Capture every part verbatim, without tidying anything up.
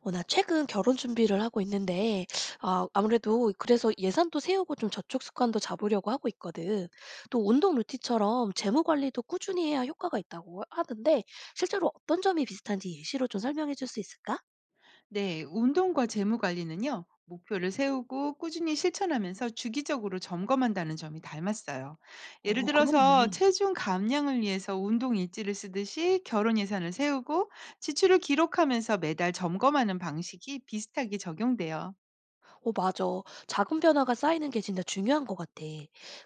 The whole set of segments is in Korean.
어, 나 최근 결혼 준비를 하고 있는데, 아, 아무래도 그래서 예산도 세우고 좀 저축 습관도 잡으려고 하고 있거든. 또 운동 루틴처럼 재무 관리도 꾸준히 해야 효과가 있다고 하는데, 실제로 어떤 점이 비슷한지 예시로 좀 설명해 줄 수 있을까? 네, 운동과 재무 관리는요, 목표를 세우고 꾸준히 실천하면서 주기적으로 점검한다는 점이 닮았어요. 예를 오, 들어서 그렇네. 체중 감량을 위해서 운동 일지를 쓰듯이 결혼 예산을 세우고 지출을 기록하면서 매달 점검하는 방식이 비슷하게 적용돼요. 오 맞아. 작은 변화가 쌓이는 게 진짜 중요한 것 같아.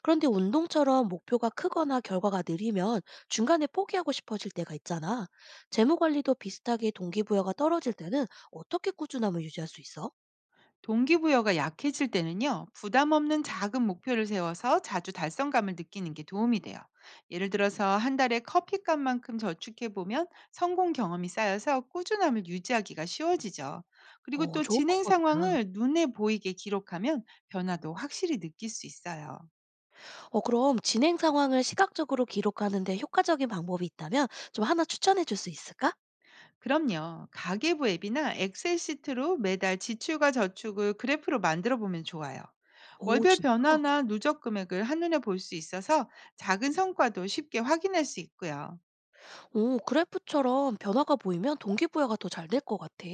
그런데 운동처럼 목표가 크거나 결과가 느리면 중간에 포기하고 싶어질 때가 있잖아. 재무 관리도 비슷하게 동기부여가 떨어질 때는 어떻게 꾸준함을 유지할 수 있어? 동기부여가 약해질 때는요, 부담 없는 작은 목표를 세워서 자주 달성감을 느끼는 게 도움이 돼요. 예를 들어서 한 달에 커피값만큼 저축해보면 성공 경험이 쌓여서 꾸준함을 유지하기가 쉬워지죠. 그리고 어 또 좋은 진행 방법이다. 상황을 눈에 보이게 기록하면 변화도 확실히 느낄 수 있어요. 어 그럼 진행 상황을 시각적으로 기록하는 데 효과적인 방법이 있다면 좀 하나 추천해 줄 수 있을까? 그럼요. 가계부 앱이나 엑셀 시트로 매달 지출과 저축을 그래프로 만들어 보면 좋아요. 오 월별 진짜? 변화나 누적 금액을 한눈에 볼 수 있어서 작은 성과도 쉽게 확인할 수 있고요. 오 그래프처럼 변화가 보이면 동기부여가 더 잘 될 것 같아.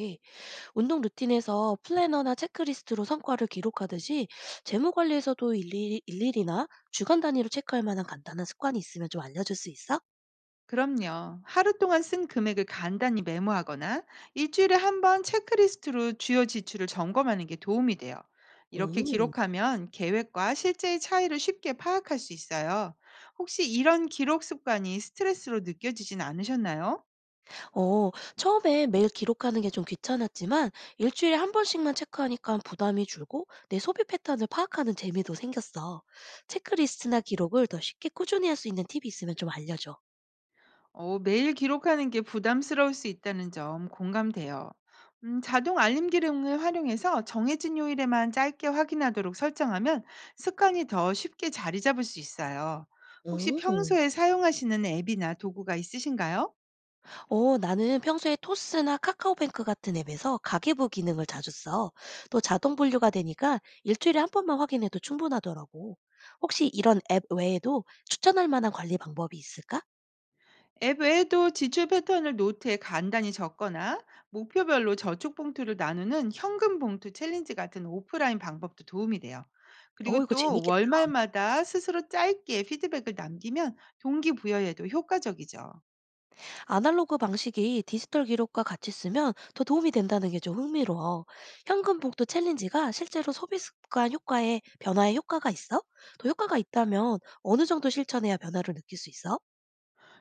운동 루틴에서 플래너나 체크리스트로 성과를 기록하듯이 재무 관리에서도 일일 일일이나 주간 단위로 체크할 만한 간단한 습관이 있으면 좀 알려 줄 수 있어? 그럼요. 하루 동안 쓴 금액을 간단히 메모하거나 일주일에 한번 체크리스트로 주요 지출을 점검하는 게 도움이 돼요. 이렇게 오. 기록하면 계획과 실제의 차이를 쉽게 파악할 수 있어요. 혹시 이런 기록 습관이 스트레스로 느껴지진 않으셨나요? 어, 처음에 매일 기록하는 게 좀 귀찮았지만 일주일에 한 번씩만 체크하니까 부담이 줄고 내 소비 패턴을 파악하는 재미도 생겼어. 체크리스트나 기록을 더 쉽게 꾸준히 할 수 있는 팁이 있으면 좀 알려줘. 어, 매일 기록하는 게 부담스러울 수 있다는 점 공감돼요. 음, 자동 알림 기능을 활용해서 정해진 요일에만 짧게 확인하도록 설정하면 습관이 더 쉽게 자리 잡을 수 있어요. 혹시 오. 평소에 사용하시는 앱이나 도구가 있으신가요? 어, 나는 평소에 토스나 카카오뱅크 같은 앱에서 가계부 기능을 자주 써. 또 자동 분류가 되니까 일주일에 한 번만 확인해도 충분하더라고. 혹시 이런 앱 외에도 추천할 만한 관리 방법이 있을까? 앱 외에도 지출 패턴을 노트에 간단히 적거나 목표별로 저축 봉투를 나누는 현금 봉투 챌린지 같은 오프라인 방법도 도움이 돼요. 그리고 어, 이거 또 재밌겠다. 월말마다 스스로 짧게 피드백을 남기면 동기부여에도 효과적이죠. 아날로그 방식이 디지털 기록과 같이 쓰면 더 도움이 된다는 게 좀 흥미로워. 현금 복도 챌린지가 실제로 소비 습관 효과에 변화에 효과가 있어? 또 효과가 있다면 어느 정도 실천해야 변화를 느낄 수 있어?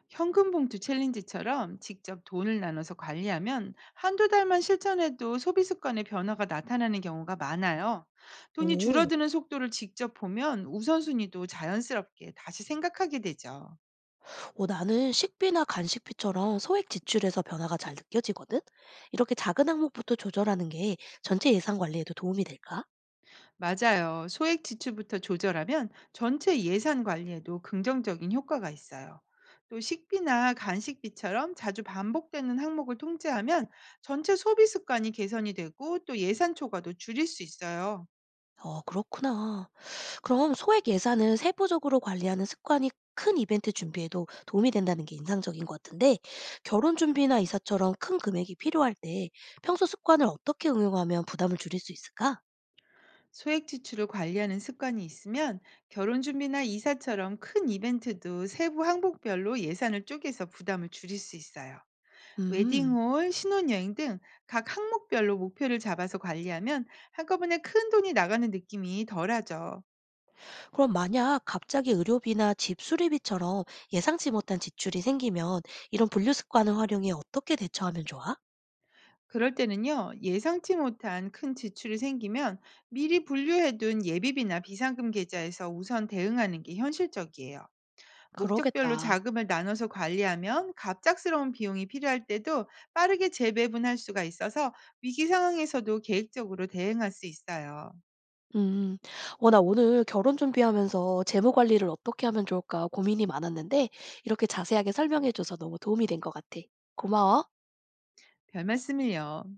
현금 봉투 챌린지처럼 직접 돈을 나눠서 관리하면 한두 달만 실천해도 소비 습관의 변화가 나타나는 경우가 많아요. 돈이 오, 줄어드는 속도를 직접 보면 우선순위도 자연스럽게 다시 생각하게 되죠. 어, 나는 식비나 간식비처럼 소액 지출에서 변화가 잘 느껴지거든? 이렇게 작은 항목부터 조절하는 게 전체 예산 관리에도 도움이 될까? 맞아요. 소액 지출부터 조절하면 전체 예산 관리에도 긍정적인 효과가 있어요. 또 식비나 간식비처럼 자주 반복되는 항목을 통제하면 전체 소비 습관이 개선이 되고 또 예산 초과도 줄일 수 있어요. 어, 그렇구나. 그럼 소액 예산을 세부적으로 관리하는 습관이 큰 이벤트 준비에도 도움이 된다는 게 인상적인 것 같은데, 결혼 준비나 이사처럼 큰 금액이 필요할 때 평소 습관을 어떻게 응용하면 부담을 줄일 수 있을까? 소액 지출을 관리하는 습관이 있으면 결혼 준비나 이사처럼 큰 이벤트도 세부 항목별로 예산을 쪼개서 부담을 줄일 수 있어요. 음, 웨딩홀, 신혼여행 등 각 항목별로 목표를 잡아서 관리하면 한꺼번에 큰 돈이 나가는 느낌이 덜하죠. 그럼 만약 갑자기 의료비나 집 수리비처럼 예상치 못한 지출이 생기면 이런 분류 습관을 활용해 어떻게 대처하면 좋아? 그럴 때는요, 예상치 못한 큰 지출이 생기면 미리 분류해둔 예비비나 비상금 계좌에서 우선 대응하는 게 현실적이에요. 목적별로 그러겠다. 자금을 나눠서 관리하면 갑작스러운 비용이 필요할 때도 빠르게 재배분할 수가 있어서 위기 상황에서도 계획적으로 대응할 수 있어요. 음. 어 나 오늘 결혼 준비하면서 재무 관리를 어떻게 하면 좋을까 고민이 많았는데 이렇게 자세하게 설명해 줘서 너무 도움이 된 것 같아. 고마워. 별 말씀을요.